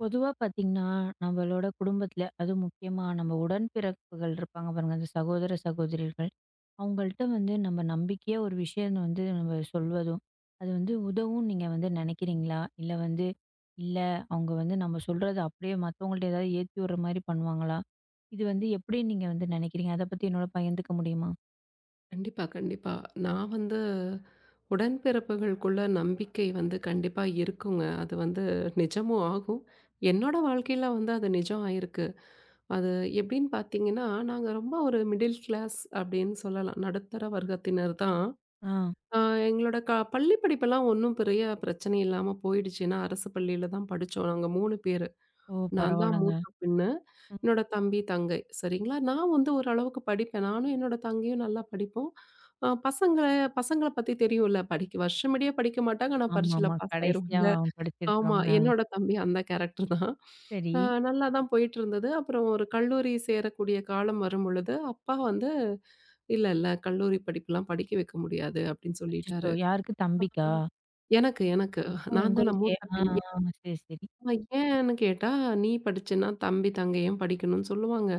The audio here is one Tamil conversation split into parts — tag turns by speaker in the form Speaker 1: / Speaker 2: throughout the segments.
Speaker 1: பொதுவா பாத்தீங்கன்னா, நம்மளோட குடும்பத்துல, அதுவும் முக்கியமா நம்ம உடன்பிறப்புகள் இருப்பாங்க பாருங்க, அந்த சகோதர, சகோதரிகள். அவங்கள்ட்ட வந்து நம்ம நம்பிக்கையா ஒரு விஷயம் வந்து நம்ம சொல்வதும், அது வந்து உதவும் நீங்க வந்து நெனைக்கிறீங்களா? இல்ல வந்து, இல்ல அவங்க வந்து நம்ம சொல்றது அப்படியே மத்தவங்கள்ட்ட ஏதாவது ஏத்தி விடுற மாரி பண்ணுவாங்களா? இது வந்து எப்படி நீங்க வந்து நெனைக்கிறீங்க? அத பத்தி என்னோட பகிர்ந்துக்க முடியுமா?
Speaker 2: கண்டிப்பா, கண்டிப்பா. நான் வந்து உடன்பிறப்புகளுக்குள்ள நம்பிக்கை வந்து கண்டிப்பா இருக்குங்க. அது வந்து நிஜமும் ஆகும். என்னோட வாழ்க்கையில வந்து அது நிஜம் ஆயிருக்கு. அது எப்படின்னு பார்த்தீங்கன்னா, நாங்க ரொம்ப ஒரு மிடில் கிளாஸ் அப்படின்னு சொல்லலாம். நடுத்தர வர்க்கத்தினர் தான்.
Speaker 1: ஆ.
Speaker 2: அ எங்களோட பள்ளி படிப்பெல்லாம் ஒண்ணும் பெரிய பிரச்சனை இல்லாம போயிடுச்சு. ஏன்னா அரசு பள்ளியில தான் படிச்சோம் நாங்க 3 பேரு.
Speaker 1: ஓ!
Speaker 2: நான் தான்
Speaker 1: பரவால்லங்க.
Speaker 2: மூத்த பெண்ணு. என்னோட
Speaker 1: ம்.
Speaker 2: தம்பி, தங்கை சரிங்களா? நான் வந்து ஓரளவுக்கு படிப்பேன். நானும் என்னோட தங்கையும் நல்லா படிப்போம். பசங்கள பசங்கள பத்தி தெரியும்ல. படிக்க வருஷமிடியா படிக்க மாட்டாங்க. ஆனா பரீட்சையில
Speaker 1: ஆமாமா.
Speaker 2: பாஸ்
Speaker 1: கடைசியா
Speaker 2: ஆயிருவாங்க. ஆமா.
Speaker 1: படிச்சிருக்குறோங்க. ஆ.
Speaker 2: என்னோட தம்பி அந்த கேரக்டர் தான்.
Speaker 1: சரி.
Speaker 2: அ நல்லா தான் போயிட்டுருந்தது. அப்புறம் ஒரு கல்லூரி சேரக்கூடிய காலம் வரும்பொழுது, அப்பா வந்து "இல்ல, இல்ல கல்லூரி படிப்புலாம் படிக்க வைக்க முடியாது" அப்படின்னு
Speaker 1: அச்சச்சோ!
Speaker 2: சொல்லிட்டாரு.
Speaker 1: யாருக்கு? தம்பிக்கா?
Speaker 2: எனக்கு எனக்கு
Speaker 1: ஓ!
Speaker 2: நான் தான
Speaker 1: உங்களுக்கே.
Speaker 2: மூத்த
Speaker 1: ஆ,
Speaker 2: பெண்.
Speaker 1: ஆ. ஆ, சரி, சரி.
Speaker 2: ஏன் ஏன்னு கேட்டா, "நீ படிச்சன்னா தம்பி, தங்கை ஏன் படிக்கணும்னு சொல்லுவாங்க.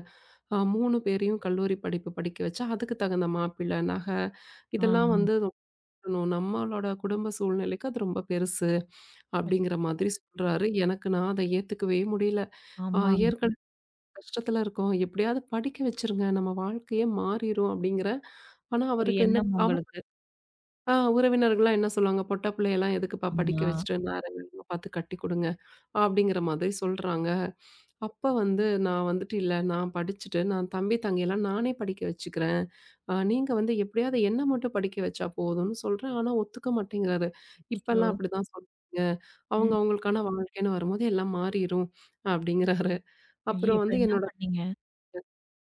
Speaker 2: 3 பேரையும் கல்லூரி படிப்பு படிக்க வச்சு, அதுக்கு தகுந்த மாப்பிள்ளை, நகை
Speaker 1: ஆ,
Speaker 2: இதெல்லாம் வந்து
Speaker 1: ஆ.
Speaker 2: வாங்கணும். நம்மளோட குடும்ப சூழ்நிலைக்கு அது ரொம்ப பெருசு
Speaker 1: அச்
Speaker 2: அப்படிங்கிற மாதிரி சொல்றாரு. எனக்கு நான் அத ஏத்துக்கவே முடியல. அ
Speaker 1: ஆமா.
Speaker 2: ஏற்கனவே கஷ்டத்துல இருக்கோம். எப்படியாவது படிக்க வச்சுருங்க. நம்ம வாழ்க்கையே மாறிரும் அப்படிங்கிற ஆனா
Speaker 1: ஒரு
Speaker 2: அவருக்கு என்ன
Speaker 1: எண்ணம்
Speaker 2: அவ
Speaker 1: உங்களுக்கு.
Speaker 2: அ உறவினர்கள்லாம் என்ன சொல்லுவாங்க? "பொட்ட பிள்ளையெல்லாம் எதுக்குப்பா படிக்க
Speaker 1: ஆமா.
Speaker 2: வச்சுட்டு, நேரங்கள்லாம் பார்த்து கட்டி குடுங்க" அப்படிங்கிற மாதிரி சொல்றாங்க. அப்ப வந்து நான் வந்துட்டு, "இல்ல நான் படிச்சுட்டு, நான் தம்பி தங்கையெல்லாம் நானே படிக்க வச்சுக்கிறேன். நீங்க வந்து எப்படியாவது என்ன மட்டும் படிக்க வச்சா போதும்னு" சொல்றேன். ஆனா ஒத்துக்க மாட்டேங்கிறாரு.
Speaker 1: அச்சச்சோ!
Speaker 2: இப்பல்லாம் அப்படிதான் சொல்றாங்க.
Speaker 1: ம்.
Speaker 2: அவங்க அவங்களுக்கான வாழ்க்கைன்னு வரும்போது எல்லாம் மாறிரும் அப்படிங்கிறாரு.
Speaker 1: ஐயோ!
Speaker 2: அப்புறம்
Speaker 1: இப்ப
Speaker 2: வந்து
Speaker 1: என்ன
Speaker 2: என்னோட
Speaker 1: பண்ணீங்க?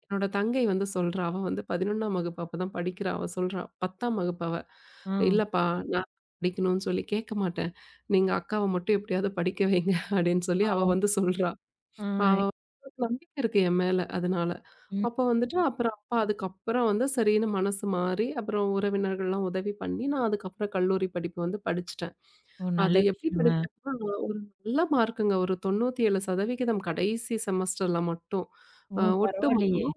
Speaker 2: என்னோட தங்கை வந்து சொல்றா. அவ வந்து 11ஆம் வகுப்பு அப்பதான் படிக்கிறா. அவ சொல்றா. 10ஆம் வகுப்பு அவ.
Speaker 1: ஆ.
Speaker 2: "இல்லப்பா நான் படிக்கணும்னு சொல்லி கேட்க மாட்டேன். நீங்க அக்காவ மட்டும் எப்படியாவது படிக்க வைங்க" அப்படின்னு சொல்லி அவ
Speaker 1: பாவம்.
Speaker 2: வந்து சொல்றா. அவ
Speaker 1: ஆ.
Speaker 2: அவளுக்கு நம்பிக்கை இருக்கு என் மேல அதனால.
Speaker 1: ம்.
Speaker 2: அப்போ வந்துட்டு ம். அப்புறம் அப்பா அதுக்கப்புறம் வந்து சரின்னு மனசு மாறி, அப்புறம் உறவினர்கள்லாம் உதவி பண்ணி, நான் அதுக்கப்புறம் கல்லூரி படிப்பு வந்து படிச்சுட்டேன்.
Speaker 1: ஓ! நல்ல
Speaker 2: அது எப்படி
Speaker 1: விஷயங்க.
Speaker 2: படிச்சேன்னா, நல்ல மார்க்குங்க. ஒரு 97% கடைசி செமஸ்டர்ல மட்டும்.
Speaker 1: ஓ!
Speaker 2: ஒட்டு
Speaker 1: பரவாயில்லையே!
Speaker 2: மொத்தமா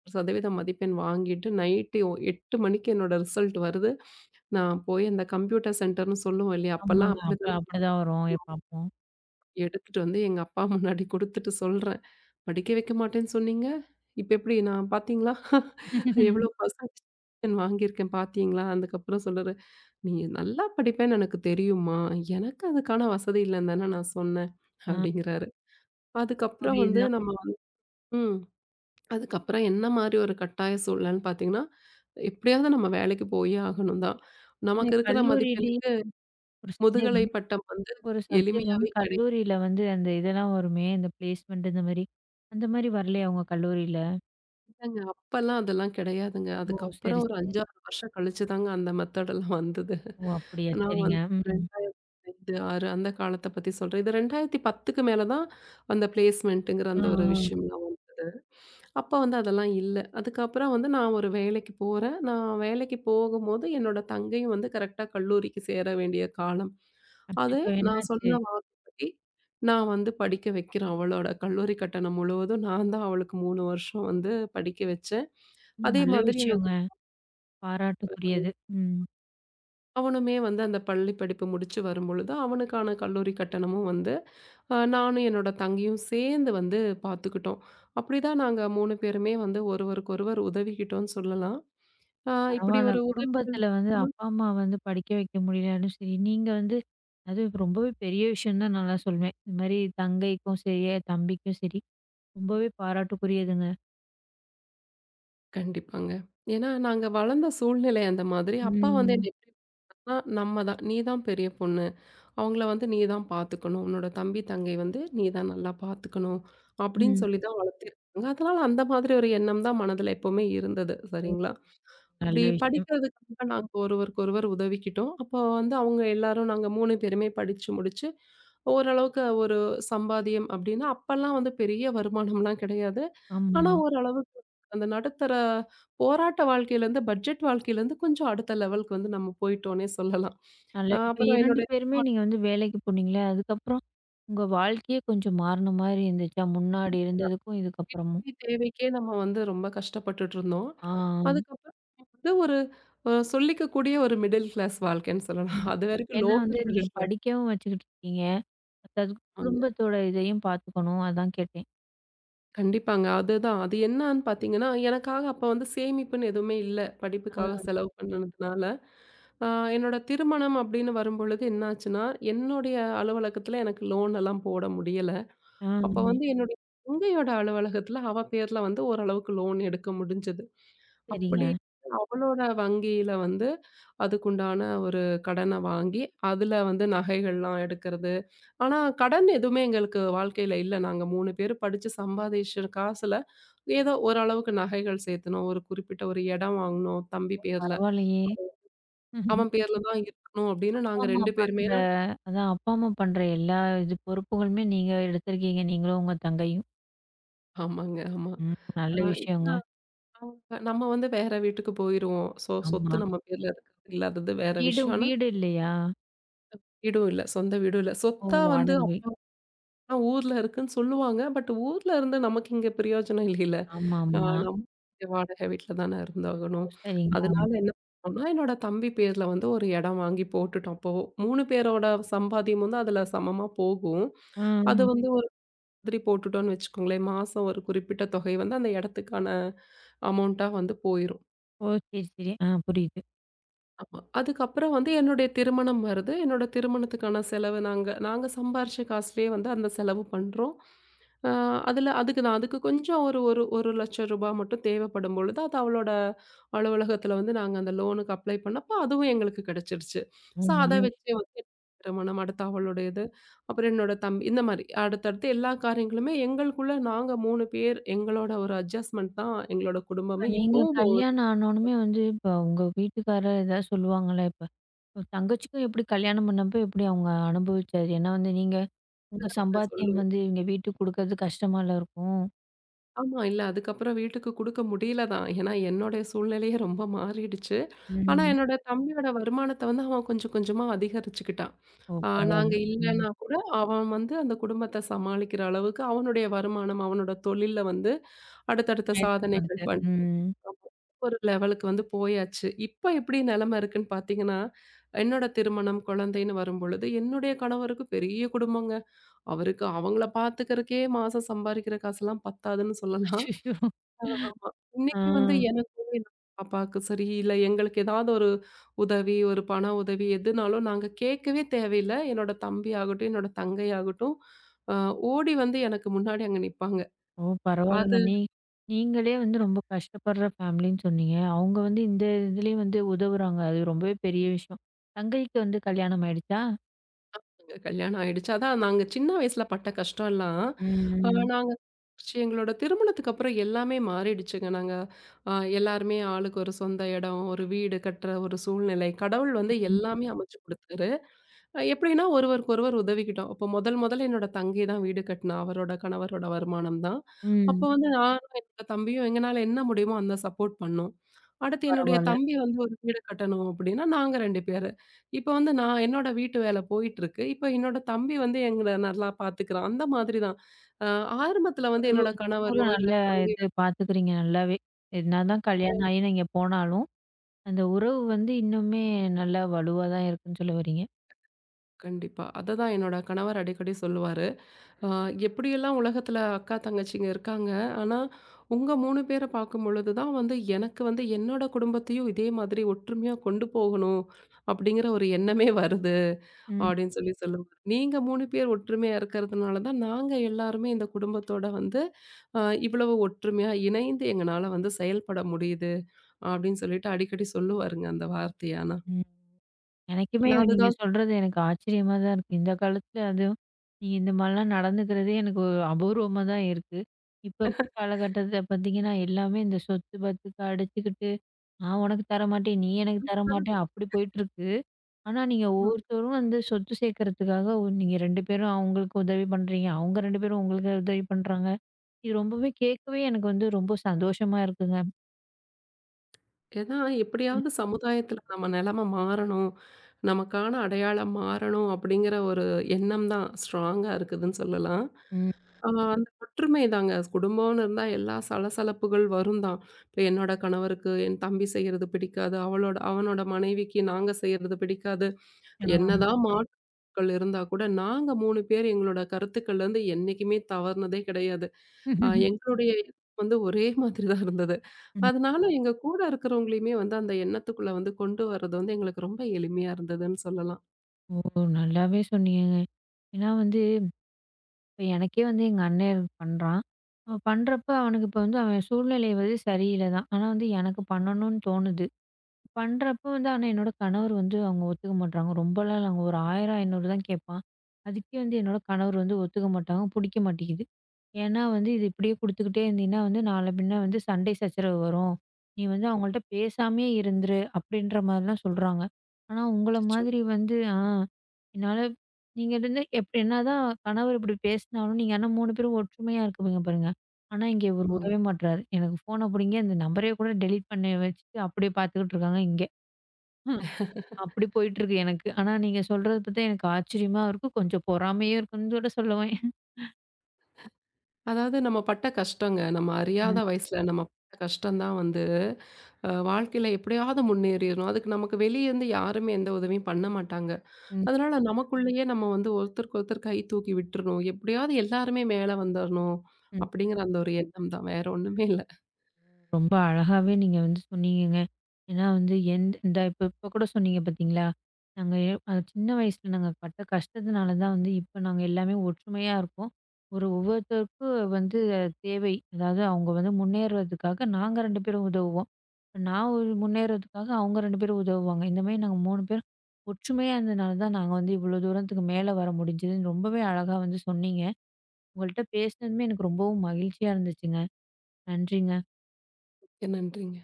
Speaker 2: 3% மதிப்பெண் வாங்கிட்டு, நைட்டு ஒ 8 மணிக்கு என்னோட ரிசல்ட் வருது. நான் போய் அந்த கம்ப்யூட்டர் சென்டர்ன்னு சொல்லுவோம் இல்லையா? அப்பலாம்
Speaker 1: ஆமாங்க. அப்ப
Speaker 2: அப்படிதான்
Speaker 1: அப்படிதான் வரும். பாப்போம்.
Speaker 2: எடுத்துட்டு வந்து எங்க அப்பா முன்னாடி குடுத்துட்டு சொல்றேன். படிக்க வைக்க மாட்டேன்னு சொன்னீங்க. இப்ப எப்படி நான் பார்த்தீங்களா? எவ்வளோ பர்சன்டேஜ் வாங்கியிருக்கேன் பார்த்தீங்களா? அதுக்கப்புறம் சொல்றாரு, "நீ நல்லா படிப்பேன்னு எனக்கு தெரியும்மா. எனக்கு அதுக்கான வசதி இல்லன்னு தானே நான் சொன்னேன்."
Speaker 1: ஆ.
Speaker 2: அப்படிங்கிறாரு. அதுக்கப்புறம் வந்து
Speaker 1: புரியுது.
Speaker 2: நம்ம வந்து ம். அதுக்கப்புறம் என்ன மாரி ஒரு கட்டாய சூழல்ன்னு பார்த்தீங்கன்னா, எப்படியாவது நம்ம வேலைக்கு போயே ஆகணும் தான்.
Speaker 1: அதே
Speaker 2: நமக்கு இருக்கிற
Speaker 1: கல்லூரியிலயே
Speaker 2: மதிப்பெண்ணுக்கு
Speaker 1: ஒரு
Speaker 2: முதுகலை
Speaker 1: சந்தேகம்
Speaker 2: பட்டம் வந்து
Speaker 1: ஒரு சந்தேகம்.
Speaker 2: எளிமையாவே கிடை
Speaker 1: கல்லூரியில வந்து அந்த இதெல்லாம் வருமே, இந்த பிளேஸ்மெண்ட் இந்த மாரி. அந்த மாரி வரலையா உங்க கல்லூரியில?
Speaker 2: இல்லங்க. அப்பல்லாம் அதெல்லாம் கிடையாதுங்க.
Speaker 1: ஓ!
Speaker 2: அதுக்கப்புறம்
Speaker 1: சரி, சரி.
Speaker 2: ஒரு 5, 6 வருஷம் கழிச்சு தாங்க அந்த மெத்தட் எல்லாம் வந்தது.
Speaker 1: ஓ! அப்படியா?
Speaker 2: நான்
Speaker 1: சரிங்க.
Speaker 2: வந்து
Speaker 1: ம்.
Speaker 2: 2005, 6 அந்த காலத்த பத்தி சொல்றேன். இது 2010க்கு மேல தான் அந்த பிளேஸ்மென்ட்ங்கிற
Speaker 1: ஆ,
Speaker 2: அந்த ஒரு
Speaker 1: ஆ.
Speaker 2: விஷயம்லாம் வரும். அப்ப வந்து அதெல்லாம் இல்ல. அதுக்கப்புறம் வந்து நான் ஒரு வேலைக்கு போறேன். நான் வேலைக்கு போகும்போது என்னோட தங்கையும் வந்து கரெக்ட்டா கல்லூரிக்கு சேர வேண்டிய காலம். அது
Speaker 1: அச்சச்சோ!
Speaker 2: நான்
Speaker 1: என்னாச்சு?
Speaker 2: சொன்ன வாக்குப்படி நான் வந்து படிக்க வைக்கிறேன். அவளோட கல்லூரி கட்டணம் முழுவதும் நான் தான் அவளுக்கு 3 வருஷம் வந்து படிக்க வச்சேன்.
Speaker 1: ம்.
Speaker 2: அதே
Speaker 1: நல்ல
Speaker 2: மாதிரி என்னுடைய
Speaker 1: விஷயங்க. பாராட்டுக்குரியது. ம்.
Speaker 2: அவனுமே வந்து அந்த பள்ளி படிப்பு முடிச்சு வரும்பொழுது, அவனுக்கான கல்லூரி கட்டணமும் வந்து நானும் என்னோட தங்கையும் சேர்ந்து வந்து பார்த்துக்கிட்டோம். அப்படிதான் நாங்க 3 பேருமே வந்து ஒருவருக்கொருவர் உதவிக்கிட்டோம்னு சொல்லலாம். அ இப்படி
Speaker 1: பரவால்ல.
Speaker 2: ஒரு உதவிகள்
Speaker 1: குடும்பத்துல வந்து
Speaker 2: ம்
Speaker 1: அப்பா, அம்மா வந்து படிக்க வைக்க முடியலனாலும் சரி, நீங்க வந்து அதுவும் ரொம்பவே பெரிய விஷயம் தான் நான் எல்லாம் சொல்வேன். இது மாரி தங்கைக்கும் சரி, தம்பிக்கும் சரி, ரொம்பவே பாராட்டுக்குரியதுங்க.
Speaker 2: கண்டிப்பாங்க. ஏன்னா நாங்க வளர்ந்த சூழ்நிலை அந்த மாதிரி. அப்பா வந்து என்ன
Speaker 1: ம்.
Speaker 2: எப்படி நம்ம தான் நீ தான் பெரிய பொண்ணு. அவங்கள வந்து நீ தான் பார்த்துக்கணும். உன்னோட தம்பி, தங்கை வந்து நீ தான் நல்லா பார்த்துக்கணும். அப்படின்னு
Speaker 1: ம்.
Speaker 2: சொல்லி தான் வளர்த்திருக்காங்க. அதனால அந்த மாதிரி ஒரு எண்ணம் தான் மனதில எப்பவுமே இருந்தது.
Speaker 1: ம்.
Speaker 2: சரிங்களா?
Speaker 1: நல்ல
Speaker 2: அப்படி
Speaker 1: விஷயம்.
Speaker 2: படிக்கிறதுக்காக நாங்க ஒருவருக்கு ஒருவர் உதவிக்கிட்டோம். அப்போ வந்து அவங்க எல்லாரும் நாங்க 3 பேருமே படிச்சு முடிச்சு, ஓரளவுக்கு ஒரு சம்பாத்தியம் அப்படின்னா, அப்பலாம் வந்து பெரிய வருமானம்லாம் கிடையாது. ஆனா
Speaker 1: ஆமா.
Speaker 2: ஓரளவுக்கு அந்த நடுத்தர போராட்ட வாழ்க்கையிலேருந்து பட்ஜெட் வாழ்க்கையிலேருந்து கொஞ்சம் அடுத்த லெவலுக்கு வந்து நம்ம போயிட்டோன்னே சொல்லலாம்.
Speaker 1: நல்ல
Speaker 2: அ
Speaker 1: இப்ப
Speaker 2: அப்புறம் என்னோட
Speaker 1: 2 பேருமே நீங்க வந்து வேலைக்கு போனீங்களே, அதுக்கப்புறம் உங்க வாழ்க்கையே கொஞ்சம் மாறுன மாரி இருந்துச்சா? முன்னாடி இருந்ததுக்கும் இதுக்கப்புறமும்?
Speaker 2: இட்லி தேவைக்கே நம்ம வந்து ரொம்ப கஷ்டப்பட்டுட்டு இருந்தோம்.
Speaker 1: ஆ.
Speaker 2: அதுக்கப்புறம் வந்து ஒரு சொல்லிக்கக்கூடிய ஒரு மிடில் கிளாஸ் வாழ்க்கைன்னு சொல்லலாம்.
Speaker 1: ம்.
Speaker 2: அதுவரைக்கும்
Speaker 1: ஏன்னா வந்து
Speaker 2: லோவர்
Speaker 1: நீங்க
Speaker 2: மிடில் கிளாஸ்
Speaker 1: படிக்கவும் வச்சுக்கிட்டு இருக்கீங்க. அதாவது
Speaker 2: ஆமாங்க.
Speaker 1: குடும்பத்தோட இதையும் பார்த்துக்கணும். அதான் கேட்டேன்.
Speaker 2: கண்டிப்பாங்க. அதுதான். அது என்னான்னு பார்த்தீங்கன்னா, எனக்காக அப்ப வந்து சேமிப்புன்னு எதுவுமே இல்ல. படிப்புக்காக
Speaker 1: ஆ.
Speaker 2: செலவு பண்ணுனதுனால. அ என்னோட திருமணம் அப்படின்னு வரும்பொழுது என்னாச்சுன்னா, என்னுடைய அலுவலகத்துல எனக்கு லோன் எல்லாம் போட முடியல.
Speaker 1: ஆ.
Speaker 2: அப்ப
Speaker 1: ம்.
Speaker 2: வந்து என்னுடைய தங்கையோட அலுவலகத்துல அவ பேர்ல வந்து ஓரளவுக்கு லோன் எடுக்க முடிஞ்சது.
Speaker 1: சரிங்க.
Speaker 2: அப்படி அவளோட வங்கியில வந்து அதுக்குண்டான ஒரு கடன வாங்கி, அதுல வந்து நகைகள்லாம் எடுக்கிறது. ஆனா கடன் எதுவுமே எங்களுக்கு வாழ்க்கையில இல்ல. நாங்க 3 பேரு படிச்சு சம்பாதிச்ச காசுல ஏதோ ஓரளவுக்கு நகைகள் சேர்த்தனோம். ஒரு குறிப்பிட்ட ஒரு இடம் வாங்குனோம் தம்பி பேர்ல.
Speaker 1: பரவாயில்லையே! ம்ஹும்.
Speaker 2: அவன் பேர்ல தான் இருக்கணும் அப்படின்னு
Speaker 1: அப்பா,
Speaker 2: நாங்க
Speaker 1: அம்மா
Speaker 2: 2 பேருமே
Speaker 1: பண்ற அதான் அப்பா, அம்மா பண்ற எல்லா இது பொறுப்புகளுமே நீங்க எடுத்திருக்கீங்க. நீங்களும் உங்க தங்கையும்.
Speaker 2: ஆமாங்க, ஆமா.
Speaker 1: ம்.
Speaker 2: அ
Speaker 1: நல்ல விஷயங்க.
Speaker 2: அவங்க நம்ம வந்து வேற வீட்டுக்கு போயிருவோம். சோ
Speaker 1: ஆமா.
Speaker 2: சொத்து நம்ம பேர்ல இருக்கிறது இல்லாதது வேற
Speaker 1: வீடு
Speaker 2: விஷயம். ஆனா
Speaker 1: வீடு இல்லையா?
Speaker 2: வீடும் இல்ல. சொந்த வீடும் இல்ல.
Speaker 1: ஓ!
Speaker 2: சொத்தா வந்து
Speaker 1: வாடகை
Speaker 2: அப்பலாம் ஊர்ல இருக்குன்னு சொல்லுவாங்க. பட் ஊர்ல இருந்து நமக்கு இங்க பிரயோஜனம் இல்லைல்ல.
Speaker 1: ஆமாமா.
Speaker 2: நம்ம இங்க வாடகை வீட்ல தானே
Speaker 1: ஓ!
Speaker 2: இருந்தாகணும்.
Speaker 1: சரிங்க. ஆமா.
Speaker 2: அதனால என்ன பண்ணோம்னா, என்னோட தம்பி பேர்ல வந்து ஒரு இடம் வாங்கி போட்டுட்டோம். அப்போ 3 பேரோட சம்பாத்தியம் வந்து அதுல சமமா போகும்.
Speaker 1: ஆ.
Speaker 2: அது
Speaker 1: ஆ.
Speaker 2: வந்து ஒரு மாதிரி போட்டுட்டோம்னு வச்சுக்கோங்களேன். மாசம் ஒரு குறிப்பிட்ட தொகை வந்து அந்த இடத்துக்கான அமௌண்ட்டா வந்து போயிரும்.
Speaker 1: ஓ! சரி, சரி. ஆ புரியுது.
Speaker 2: ஆமா. அதுக்கப்புறம் வந்து என்னுடைய திருமணம் வருது. என்னோட திருமணத்துக்கான செலவு நாங்க நாங்க சம்பாரிச்ச காசுலயே வந்து அந்த செலவு பண்றோம். அ அதுல அதுக்கு நான் அதுக்கு கொஞ்சம் ஒரு ஒரு ரூ. 1,00,000 மட்டும் தேவைப்படும் பொழுது, அது அவளோட அலுவலகத்துல வந்து நாங்க அந்த லோனுக்கு அப்ளை பண்ணப்போ, அதுவும் எங்களுக்கு கிடைச்சிருச்சு. ஸோ
Speaker 1: ம்.
Speaker 2: அத
Speaker 1: நல்ல
Speaker 2: வச்சே வந்து திருமணம், அடுத்து அவளுடையது, அப்புறம் என்னோட தம்பி இந்த மாரி அடுத்தடுத்து எல்லா காரியங்களுமே எங்களுக்குள்ள நாங்க 3 பேர் எங்களோட ஒரு அட்ஜஸ்ட்மென்ட் தான் எங்களோட
Speaker 1: இப்ப
Speaker 2: குடும்பமே
Speaker 1: நீங்க
Speaker 2: இப்பவும்
Speaker 1: கல்யாணம் ஆனோனமே வந்து, இப்ப உங்க வீட்டுக்காரர் ஏதாவது சொல்லுவாங்களா இப்ப? இப்ப தங்கச்சிக்கும் எப்படி கல்யாணம் பண்ணப்போ எப்படி அவங்க அனுபவிச்சாரு? ஏன்னா வந்து நீங்க உங்க சம்பாத்தியம்
Speaker 2: போடுற
Speaker 1: வந்து இவங்க வீட்டுக்கு குடுக்கறது கஷ்டமால இருக்கும்.
Speaker 2: ஆமா. இல்ல அதுக்கப்புறம் வீட்டுக்கு குடுக்க முடியல தான். ஏன்னா, என்னோட சூழ்நிலையே ரொம்ப மாறிடுச்சு. ஆனா,
Speaker 1: ம்.
Speaker 2: என்னோட தம்பியோட வருமானத்த வந்து அவன் கொஞ்சம் கொஞ்சமா அதிகரிச்சுக்கிட்டான்.
Speaker 1: ஓ!
Speaker 2: ஆ நாங்க
Speaker 1: பரவால்ல. ம்.
Speaker 2: இல்லன்னா கூட அவன் வந்து அந்த குடும்பத்த சமாளிக்கிற அளவுக்கு அவனுடைய வருமானம், அவனோட தொழில்ல வந்து அடுத்தடுத்த
Speaker 1: முன்னேற்றம்
Speaker 2: சாதனைகள்
Speaker 1: வருது.
Speaker 2: பண்ணி
Speaker 1: ம்.
Speaker 2: ஆமா. ஒரு லெவலுக்கு வந்து போயாச்சு. இப்ப எப்படி நெலைமை இருக்குன்னு பார்த்தீங்கன்னா, என்னோட திருமணம், குழந்தைன்னு வரும்பொழுது என்னுடைய கணவருக்கு பெரிய குடும்பங்க. அவருக்கு அவங்கள பார்த்துக்கறதுக்கே மாசம் சம்பாரிக்கிற காசுலாம் பத்தாதுன்னு சொல்லலாம்.
Speaker 1: அச்சச்சோ!
Speaker 2: ஆமா.
Speaker 1: ஆ.
Speaker 2: இன்னைக்கு வந்து எனக்கும் என்னோட பாப்பாவுக்கு சரி, இல்ல எங்களுக்கு ஏதாவது ஒரு உதவி, ஒரு பண உதவி எதுனாலும் நாங்க கேட்கவே தேவையில்ல. என்னோட தம்பி ஆகட்டும், என்னோட தங்கை ஆகட்டும், அ ஓடி வந்து எனக்கு முன்னாடி அங்க நிப்பாங்க.
Speaker 1: ஓ!
Speaker 2: அது
Speaker 1: பரவால்லங்க. நீங்களே வந்து ரொம்ப கஷ்டப்படுற ஃபேமிலின்னு சொன்னீங்க. அவங்க வந்து இந்த இதுலயும் வந்து உதவுறாங்க. அது ரொம்பவே பெரிய விஷயம். தங்கைக்கு வந்து கல்யாணம் ஆயிடுச்சா?
Speaker 2: எங்க கல்யாணம் ஆயிடுச்சு. அதான் நாங்க சின்ன வயசுல பட்ட கஷ்டம்லாம், அ
Speaker 1: ம்.
Speaker 2: நாங்க எங்களோட திருமணத்துக்கு அப்புறம் எல்லாமே மாறிடுச்சுங்க. நாங்க அ எல்லாருமே ஆளுக்கு ஒரு சொந்த இடம், ஒரு வீடு கட்டுற ஒரு சூழ்நிலை, கடவுள் வந்து
Speaker 1: ம்.
Speaker 2: எல்லாமே அமைச்சு குடுத்தாரு. எப்படின்னா ஒருவருக்கொருவர் உதவிக்கிட்டோம். அப்போ முதல் முதல்ல என்னோட தங்கை தான் வீடு கட்டுனா. அவரோட கணவரோட வருமானம் தான். அப்போ
Speaker 1: ம்.
Speaker 2: வந்து ம். நானும் என்னோட தம்பியும் எங்கனால என்ன முடியுமோ அந்த சப்போர்ட் பண்ணோம். அடுத்து என்னுடைய
Speaker 1: பரவால்ல.
Speaker 2: தம்பி வந்து ஒரு வீடு கட்டணும் அப்படின்னா, நாங்க 2 பேரு. இப்போ வந்து நான் என்னோட வீட்டு வேலை போயிட்டுருக்கு. இப்போ என்னோட தம்பி வந்து எங்கள நல்லா பார்த்துக்கிறான். அந்த மாதிரி தான். அ ஆரம்பத்தில வந்து என்னோட
Speaker 1: ஒரு
Speaker 2: கணவரோ இல்ல
Speaker 1: நல்ல
Speaker 2: தங்கையோ
Speaker 1: இது பாத்துக்கிறீங்க நல்லாவே. என்னதான் கல்யாணம் ஆகி நீங்க போனாலும், அந்த உறவு வந்து இன்னுமே நல்லா வலுவா தான் இருக்குன்னு சொல்ல வர்றீங்க.
Speaker 2: கண்டிப்பா. அததான் என்னோட கணவர் அடிக்கடி சொல்லுவாரு. ஆ, எப்படியெல்லாம் உலகத்துல அக்கா, தங்கச்சிங்க இருக்காங்க. ஆனா, உங்க 3 பேர பார்க்கும் பொழுது தான் வந்து, எனக்கு வந்து என்னோட குடும்பத்தையும் இதே மாதிரி ஒற்றுமையா கொண்டு போகணும், அப்படிங்கிற ஒரு எண்ணமே வருது,
Speaker 1: ம்,
Speaker 2: அப்படின்னு சொல்லி சொல்லுவாங்க. நீங்க 3 பேர் ஒற்றுமையா இருக்கிறதுனால தான், நாங்க எல்லாருமே இந்த குடும்பத்தோட வந்து, அ இவ்வளவு ஒற்றுமையா இணைந்து எங்கனால வந்து செயல்பட முடியுது, அப்படின்னு சொல்லிட்டு அடிக்கடி சொல்லுவாருங்க அந்த வார்த்தைய ஆனா.
Speaker 1: ம். எனக்குமே
Speaker 2: நான்
Speaker 1: நீங்க
Speaker 2: அதுதான்
Speaker 1: சொல்றது எனக்கு ஆச்சரியமா தான் இருக்கு. இந்த காலத்துல அதுவும் நீங்க இந்த மாரிலாம் நடந்துக்கிறதே எனக்கு ஒரு அபூர்வமா தான் இருக்கு. இப்ப இருக்க காலகட்டத்துல பாத்தீங்கன்னா, எல்லாமே இந்த சொத்து பத்துக்கு அடிச்சுக்கிட்டு, நான் உனக்கு தரமாட்டேன், நீ எனக்கு தரமாட்ட, அப்படி போயிட்டுருக்கு. ஆனா, நீங்க ஒவ்வொருத்தரும் வந்து சொத்து சேர்க்கறதுக்காக நீங்க 2 பேரும் அவங்களுக்கு உதவி பண்றீங்க. அவங்க 2 பேரும் உங்களுக்கு உதவி பண்றாங்க. இது ரொம்பவே கேட்கவே எனக்கு வந்து ரொம்ப சந்தோஷமா இருக்குங்க.
Speaker 2: ஏன்னா,
Speaker 1: ம்,
Speaker 2: எப்படியாவது சமுதாயத்துல நம்ம நிலைமை மாறணும். நமக்கான அடையாளம் மாறணும் அப்படிங்கிற ஒரு எண்ணம் தான் ஸ்ட்ராங்கா இருக்குதுன்னு சொல்லலாம்.
Speaker 1: ம்.
Speaker 2: ஆ அந்த ஒற்றுமை தாங்க. குடும்பம்னு இருந்தா எல்லா சலசலப்புகள் வரும் தான். இப்ப என்னோட கணவருக்கு என் தம்பி செய்றது பிடிக்காது. அவளோட அவனோட மனைவிக்கு நாங்க செய்றது பிடிக்காது.
Speaker 1: ஆம்.
Speaker 2: என்னதான் மாற்றுக்கள் இருந்தா கூட, நாங்க 3 பேர் எங்களோட கருத்துக்கள்ல இருந்து என்னைக்குமே தவறுனதே கிடையாது. எங்களுடைய எண்ணம் வந்து ஒரே மாதிரி தான் இருந்தது.
Speaker 1: ம்.
Speaker 2: அதனால எங்க கூட இருக்கிறவங்களையுமே வந்து அந்த எண்ணத்துக்குள்ள வந்து கொண்டு வர்றது வந்து எங்களுக்கு ரொம்ப எளிமையா இருந்ததுன்னு சொல்லலாம்.
Speaker 1: ஓ! நல்லாவே சொன்னீங்கங்க. ஏன்னா வந்து, இப்ப எனக்கே வந்து எங்க அண்ணன் பண்றான். அவன் பண்றப்ப அவனுக்கு இப்ப வந்து அவன் சூழ்நிலை வந்து சரியில்ல தான். ஆனா வந்து எனக்கு பண்ணணும்னு தோணுது. பண்றப்ப வந்து ஆனா என்னோட கணவர் வந்து அவங்க ஒத்துக்க மாட்றாங்க. ரொம்பலாம் இல்ல. அவங்க ஒரு 1000, 500 தான் கேட்பான். அதுக்கே வந்து என்னோட கணவர் வந்து ஒத்துக்க மாட்டாங்க. புடிக்க மாட்டேங்குது. ஏன்னா வந்து இது இப்படியே குடுத்துக்கிட்டே இருந்தீன்னா வந்து நாள பின்ன வந்து சண்டை சச்சரவு வரும். நீ வந்து அவங்கள்ட்ட பேசாமயே இருந்துரு அப்படின்ற மாதிரிலாம் சொல்றாங்க. ஆனா உங்கள
Speaker 2: அச்சச்சோ!
Speaker 1: மாதிரி வந்து ஆ என்னால நீங்க இருந்து என்னதான் கணவர் இப்படி பேசினாலும் நீங்க ஆனா 3 பேரும் ஒற்றுமையா இருக்குவீங்க பாருங்க. ஆனா, இங்க இவரு
Speaker 2: ஆமாங்க.
Speaker 1: விடவே மாட்றாரு. எனக்கு ஃபோன புடிங்கி அந்த நம்பரே கூட டெலீட் பண்ணி வச்சுட்டு, அப்படியே பார்த்துக்கிட்டு இருக்காங்க இங்க. ம். அப்படி போயிட்டுருக்கு எனக்கு. ஆனா, நீங்க சொல்றத பார்த்தா எனக்கு ஆச்சரியமா இருக்கு. கொஞ்சம் பொறாமையும் இருக்குன்னு கூட சொல்லுவேன்.
Speaker 2: அதாவது நம்ம பட்ட கஷ்டங்க. நம்ம அறியாத
Speaker 1: ம்.
Speaker 2: வயசுல நம்ம பட்ட கஷ்டம் தான் வந்து வாழ்க்கையில எப்படியாவது முன்னேறிறணும். அதுக்கு நமக்கு வெளியேருந்து யாருமே எந்த உதவியும் பண்ண மாட்டாங்க. அதனால நமக்குள்ளேயே நம்ம வந்து ஒருத்தருக்கு ஒருத்தர் கை தூக்கி விட்டுறணும். எப்படியாவது எல்லாருமே மேல வந்துரணும்
Speaker 1: ம்.
Speaker 2: அப்படிங்கிற அந்த ஒரு எண்ணம் தான். வேற ஒண்ணுமே இல்ல.
Speaker 1: ரொம்ப அழகாவே நீங்க வந்து சொன்னீங்கங்க. ஏன்னா வந்து எந்த இந்த இப்ப இப்ப கூட சொன்னீங்க பார்த்தீங்களா? நாங்க அது சின்ன வயசுல நாங்க பட்ட கஷ்டத்தினால தான் வந்து இப்ப நாங்க எல்லாமே ஒற்றுமையா இருக்கோம். ஒவ்வொருத்தருக்கும் வந்து தேவை. அதாவது அவங்க வந்து முன்னேறுறதுக்காக நாங்க 2 பேரும் உதவுவோம். இப்ப நான் ஒரு முன்னேறதுக்காக அவங்க 2 பேரும் உதவுவாங்க. இந்த மாரி நாங்க 3 பேரும் ஒற்றுமையா இருந்ததுனால தான் நாங்க வந்து இவ்வளோ தூரத்துக்கு மேல வர முடிஞ்சதுன்னு ரொம்பவே அழகா வந்து சொன்னீங்க. உங்கள்ட்ட பேசினதுமே எனக்கு ரொம்பவும் மகிழ்ச்சியா இருந்துச்சுங்க. நன்றிங்க.
Speaker 2: நன்றிங்க.